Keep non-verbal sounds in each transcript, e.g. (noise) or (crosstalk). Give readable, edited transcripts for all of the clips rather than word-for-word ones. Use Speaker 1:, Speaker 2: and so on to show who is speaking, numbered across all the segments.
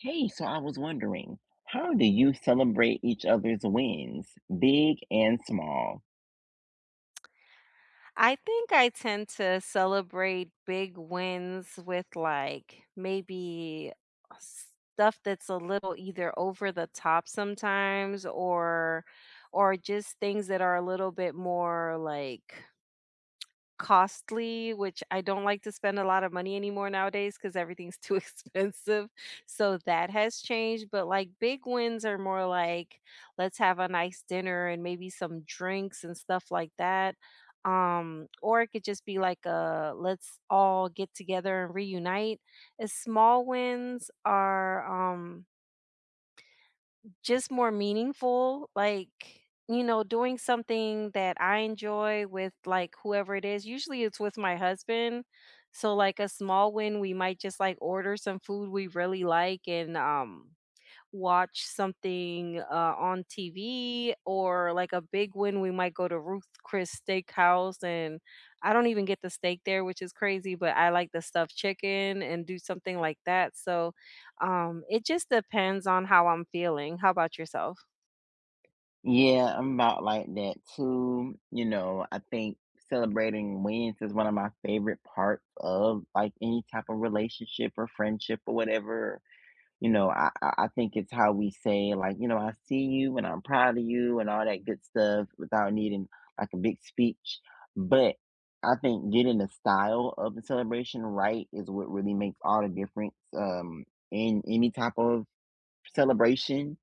Speaker 1: Hey, so I was wondering, how do you celebrate each other's wins, big and small?
Speaker 2: I think I tend to celebrate big wins with like maybe stuff that's a little either over the top sometimes or just things that are a little bit more like costly, which I don't like to spend a lot of money anymore nowadays because everything's too (laughs) expensive. So that has changed. But like big wins are more like, let's have a nice dinner and maybe some drinks and stuff like that. Or it could just be like a let's all get together and reunite. As small wins are just more meaningful like doing something that I enjoy with like whoever it is, usually it's with my husband. So like a small win, we might just like order some food we really like, and watch something on TV. Or like a big one, we might go to Ruth Chris Steakhouse, and I don't even get the steak there, which is crazy, but I like the stuffed chicken and do something like that. So it just depends on how I'm feeling. How about yourself?
Speaker 1: Yeah, I'm about like that too. You know, I think celebrating wins is one of my favorite parts of like any type of relationship or friendship or whatever. You know, I think it's how we say like, you know, I see you and I'm proud of you and all that good stuff without needing like a big speech. But I think getting the style of the celebration right is what really makes all the difference in any type of celebration.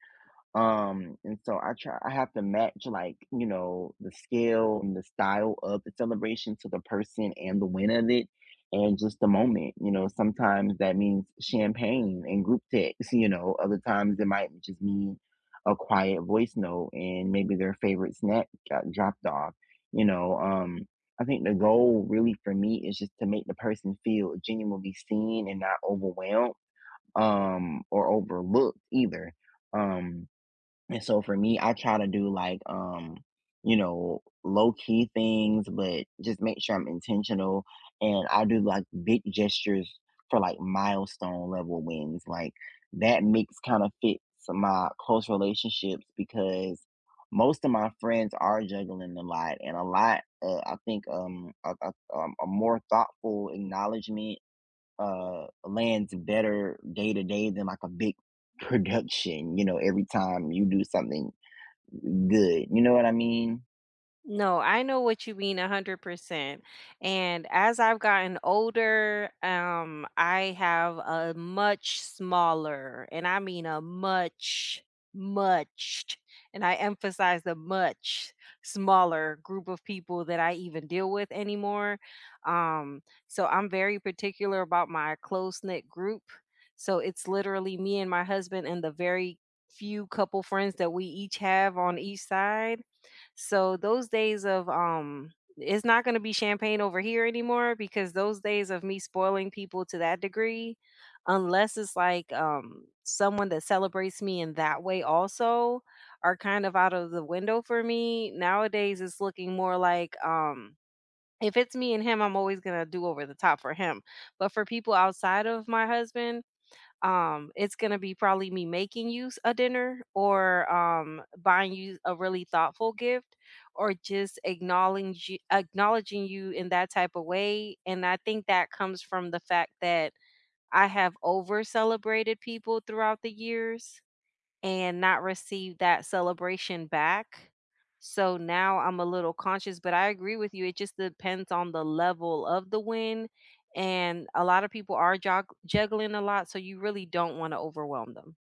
Speaker 1: And so I have to match like, you know, the scale and the style of the celebration to the person and the win of it and just the moment. You know, sometimes that means champagne and group text, you know, other times it might just mean a quiet voice note and maybe their favorite snack got dropped off, you know. I think the goal really for me is just to make the person feel genuinely seen and not overwhelmed or overlooked either. Um and so for me, I try to do like you know, low key things, but just make sure I'm intentional. And I do like big gestures for like milestone level wins. Like that mix kind of fits my close relationships because most of my friends are juggling a lot and a lot. I think a more thoughtful acknowledgement lands better day to day than like a big (laughs) production, you know, every time you do something good. You know what I mean?
Speaker 2: No, I know what you mean 100%. And as I've gotten older, I have a much smaller, and I mean a much, much, and I emphasize the much smaller group of people that I even deal with anymore. Um, so I'm very particular about my close knit group. So it's literally me and my husband and the very few couple friends that we each have on each side. So those days of it's not going to be champagne over here anymore, because those days of me spoiling people to that degree, unless it's like someone that celebrates me in that way also, are kind of out of the window for me. Nowadays it's looking more like if it's me and him, I'm always going to do over the top for him. But for people outside of my husband, it's going to be probably me making you a dinner, or buying you a really thoughtful gift, or just acknowledging you in that type of way. And I think that comes from the fact that I have over celebrated people throughout the years and not receive that celebration back. So now I'm a little conscious, but I agree with you. It just depends on the level of the win. And a lot of people are juggling a lot. So you really don't want to overwhelm them.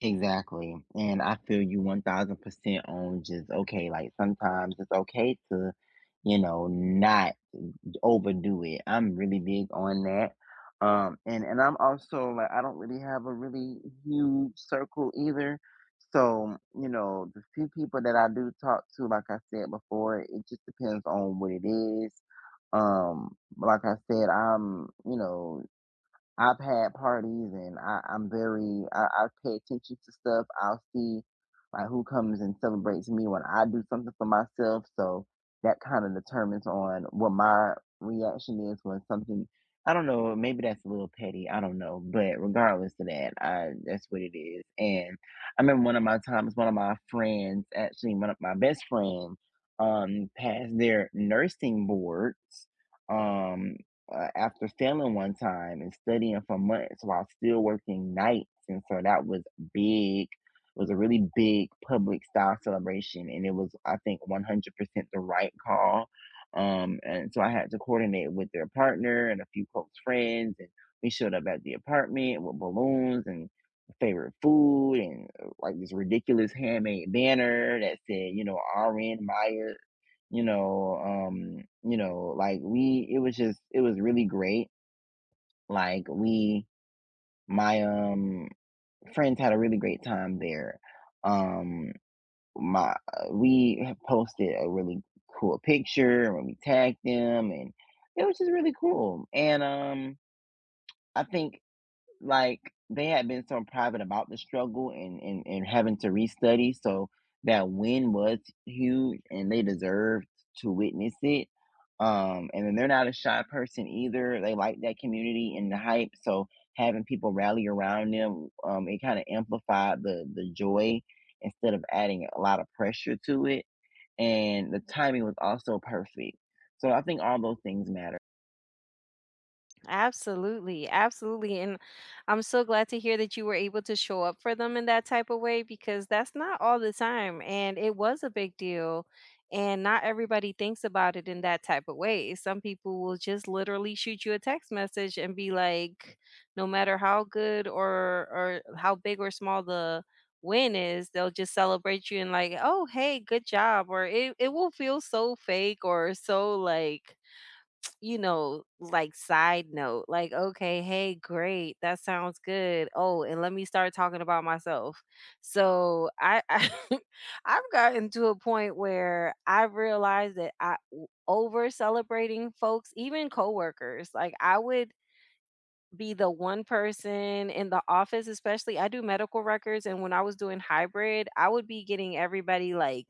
Speaker 1: Exactly. And I feel you 1000% on just okay, like sometimes it's okay to, you know, not overdo it. I'm really big on that. And I'm also like I don't really have a really huge circle either. So, you know, the few people that I do talk to, like I said before, it just depends on what it is. Like I said, I'm, you know, I've had parties and I'm very I pay attention to stuff. I'll see like who comes and celebrates me when I do something for myself. So that kind of determines on what my reaction is when something, I don't know, maybe that's a little petty, I don't know. But regardless of that, I that's what it is. And I remember one of my times, one of my friends, actually one of my best friends, passed their nursing boards. Um After failing one time and studying for months while still working nights. And so that was big. It was a really big public style celebration. And it was, I think, 100% the right call. And so I had to coordinate with their partner and a few close friends. And we showed up at the apartment with balloons and favorite food and like this ridiculous handmade banner that said, you know, RN Maya. you know, like we it was just it was really great. Like we my friends had a really great time there. Um my We had posted a really cool picture when we tagged them and it was just really cool. And I think like they had been so private about the struggle, and having to restudy, so that win was huge, and they deserved to witness it. And then they're not a shy person either. They like that community and the hype, so having people rally around them, it kind of amplified the joy instead of adding a lot of pressure to it. And the timing was also perfect, so I think all those things matter.
Speaker 2: Absolutely, absolutely. And I'm so glad to hear that you were able to show up for them in that type of way, because that's not all the time. And it was a big deal. And not everybody thinks about it in that type of way. Some people will just literally shoot you a text message and be like, no matter how good or how big or small the win is, they'll just celebrate you and like, oh hey, good job. Or it will feel so fake or so like you know, like side note, like, okay, hey, great, that sounds good. Oh, and let me start talking about myself. So I, (laughs) I've gotten to a point where I realized that I over celebrating folks, even coworkers, like I would be the one person in the office, especially I do medical records. And when I was doing hybrid, I would be getting everybody like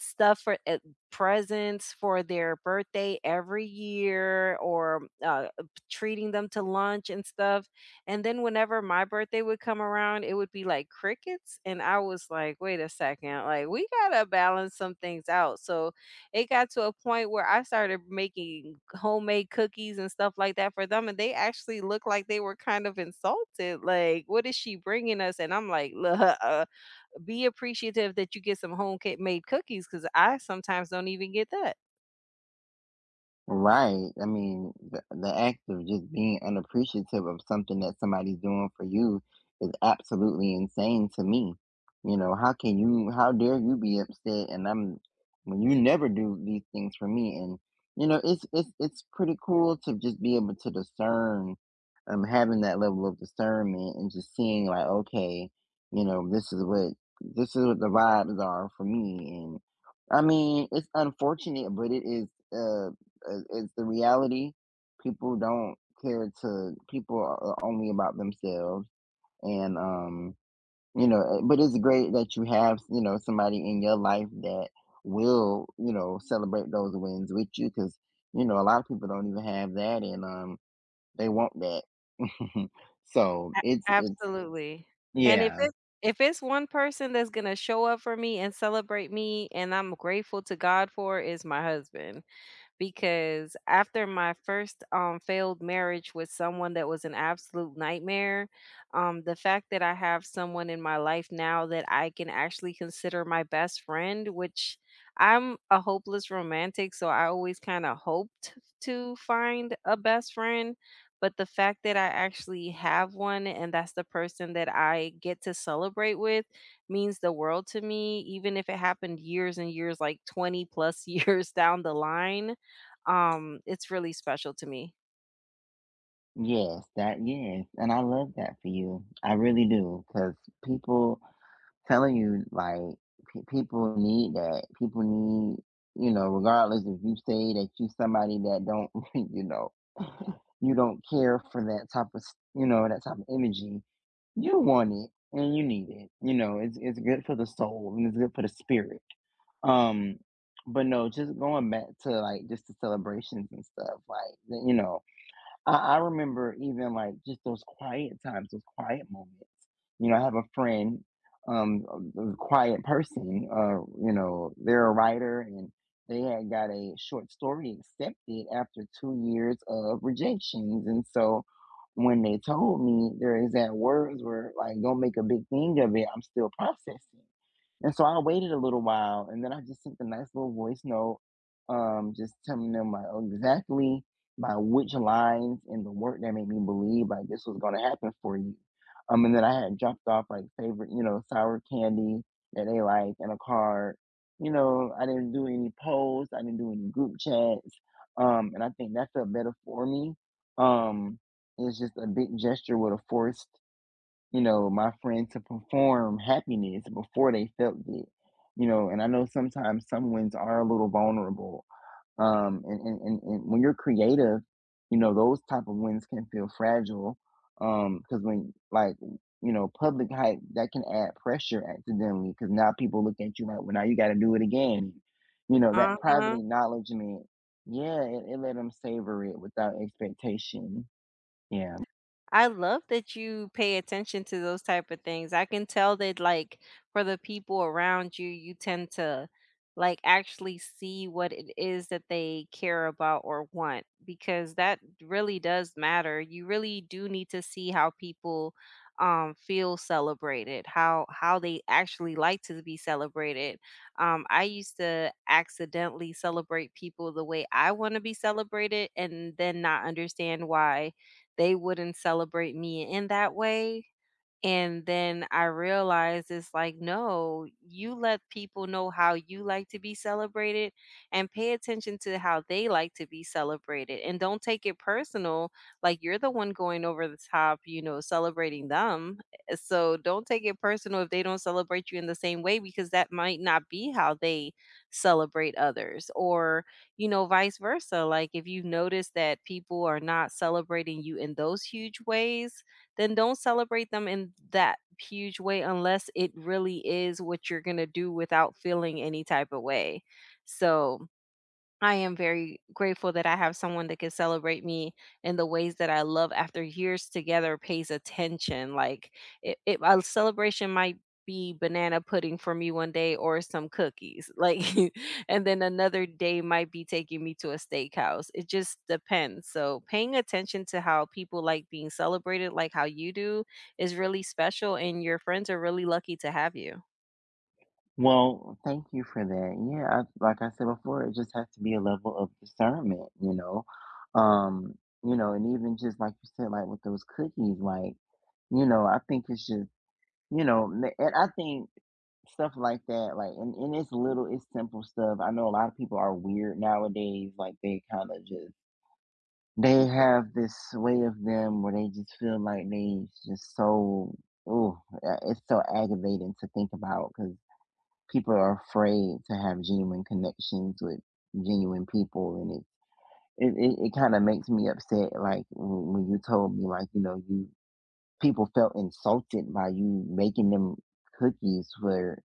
Speaker 2: stuff for presents for their birthday every year, or treating them to lunch and stuff. And then whenever my birthday would come around, it would be like crickets. And I was like, wait a second, like we got to balance some things out. So it got to a point where I started making homemade cookies and stuff like that for them. And they actually looked like they were kind of insulted. Like, what is she bringing us? And I'm like, (laughs) look, be appreciative that you get some home made cookies because I sometimes don't even get that.
Speaker 1: Right. I mean, the act of just being unappreciative of something that somebody's doing for you is absolutely insane to me. You know, how can you, how dare you be upset when you never do these things for me. And, you know, it's pretty cool to just be able to discern, having that level of discernment and just seeing like, okay, you know, this is what the vibes are for me. And I mean, it's unfortunate, but it is, uh, is the reality. People don't care to, people are only about themselves, and but it's great that you have, you know, somebody in your life that will, you know, celebrate those wins with you, because, you know, a lot of people don't even have that, and they want that. (laughs) so
Speaker 2: A-
Speaker 1: it's it's
Speaker 2: Absolutely. And if
Speaker 1: Yeah.
Speaker 2: it's if it's one person that's gonna show up for me and celebrate me, and I'm grateful to God for, is my husband. Because after my first failed marriage with someone that was an absolute nightmare, the fact that I have someone in my life now that I can actually consider my best friend, which I'm a hopeless romantic, so I always kind of hoped to find a best friend. But the fact that I actually have one, and that's the person that I get to celebrate with, means the world to me. Even if it happened years and years, like 20 plus years (laughs) down the line, it's really special to me.
Speaker 1: Yes, that, yes, and I love that for you. I really do, because people telling you, like, people need that. People need, you know, regardless if you say that you somebody that don't, (laughs) you know, you don't care for that type of, you know, that type of energy. You want it and you need it. You know, it's good for the soul and it's good for the spirit. Um, but no, just going back to like just the celebrations and stuff, like, you know, I remember even like just those quiet times, those quiet moments. You know, I have a friend, um, a quiet person. You know, they're a writer, and they had got a short story accepted after 2 years of rejections. And so, when they told me, their exact words were like, "Don't make a big thing of it, I'm still processing." And so I waited a little while, and then I just sent a nice little voice note, just telling them like, "Oh, exactly by which lines in the work that made me believe like this was going to happen for you." And then I had dropped off like favorite, you know, sour candy that they like, and a card. You know, I didn't do any polls, I didn't do any group chats. And I think that felt better for me. Um, it's just a big gesture would have forced, you know, my friend to perform happiness before they felt it. You know, and I know sometimes some wins are a little vulnerable, and when you're creative, you know, those type of wins can feel fragile. Because when, like, you know, public hype, that can add pressure accidentally, because now people look at you like, well, now you got to do it again. You know, that private
Speaker 2: Uh-huh.
Speaker 1: acknowledgement, yeah, it let them savor it without expectation. Yeah.
Speaker 2: I love that you pay attention to those type of things. I can tell that like for the people around you, you tend to like actually see what it is that they care about or want, because that really does matter. You really do need to see how people feel celebrated, how they actually like to be celebrated. I used to accidentally celebrate people the way I want to be celebrated, and then not understand why they wouldn't celebrate me in that way. And then I realized it's like, no, you let people know how you like to be celebrated and pay attention to how they like to be celebrated. And don't take it personal. Like you're the one going over the top, you know, celebrating them. So don't take it personal if they don't celebrate you in the same way, because that might not be how they celebrate others. Or, you know, vice versa. Like if you've noticed that people are not celebrating you in those huge ways, then don't celebrate them in that huge way unless it really is what you're going to do without feeling any type of way. So, I am very grateful that I have someone that can celebrate me in the ways that I love after years together pays attention. Like it a celebration might be banana pudding for me one day or some cookies. Like (laughs) and then another day might be taking me to a steakhouse. It just depends. So paying attention to how people like being celebrated like how you do is really special, and your friends are really lucky to have you.
Speaker 1: Well, thank you for that. Yeah, like I said before, it just has to be a level of discernment, you know. um you know, and even just like you said, like with those cookies, like, you know, I think it's just, you know, and I think stuff like that, like, and it's little, it's simple stuff. I know a lot of people are weird nowadays. Like, they kind of just, they have this way of them where they just feel like they just so, oh, it's so aggravating to think about because people are afraid to have genuine connections with genuine people. And it, it kind of makes me upset. Like, when you told me, like, you know, people felt insulted by you making them cookies for,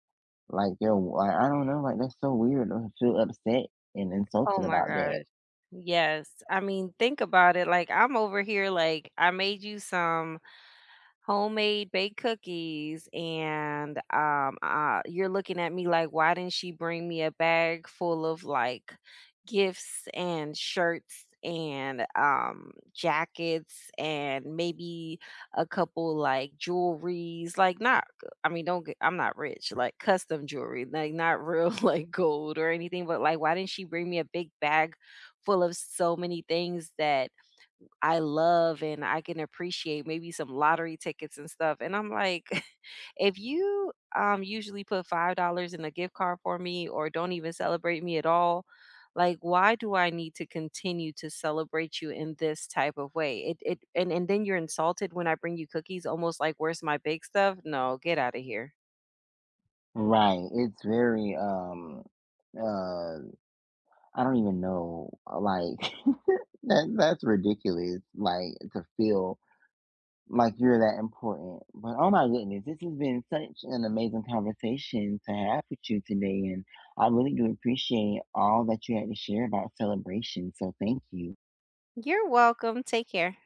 Speaker 1: like they're like, I don't know, like that's so weird. I feel upset and
Speaker 2: Oh
Speaker 1: insulted
Speaker 2: my
Speaker 1: about that.
Speaker 2: gosh. Yes. I mean, think about it. Like, I'm over here, like, I made you some homemade baked cookies, and you're looking at me like why didn't she bring me a bag full of like gifts and shirts and jackets, and maybe a couple like jewelries, like not, I mean don't get, I'm not rich, like custom jewelry, like not real (laughs) like gold or anything, but like why didn't she bring me a big bag full of so many things that I love and I can appreciate, maybe some lottery tickets and stuff. And I'm like, (laughs) if you usually put $5 in a gift card for me or don't even celebrate me at all, like why do I need to continue to celebrate you in this type of way? It and, then you're insulted when I bring you cookies, almost like where's my big stuff? No, get out of here.
Speaker 1: Right. It's very uh I don't even know, like, (laughs) that that's ridiculous like to feel like you're that important. But oh my goodness, this has been such an amazing conversation to have with you today, and I really do appreciate all that you had to share about celebration. So thank you.
Speaker 2: You're welcome. Take care.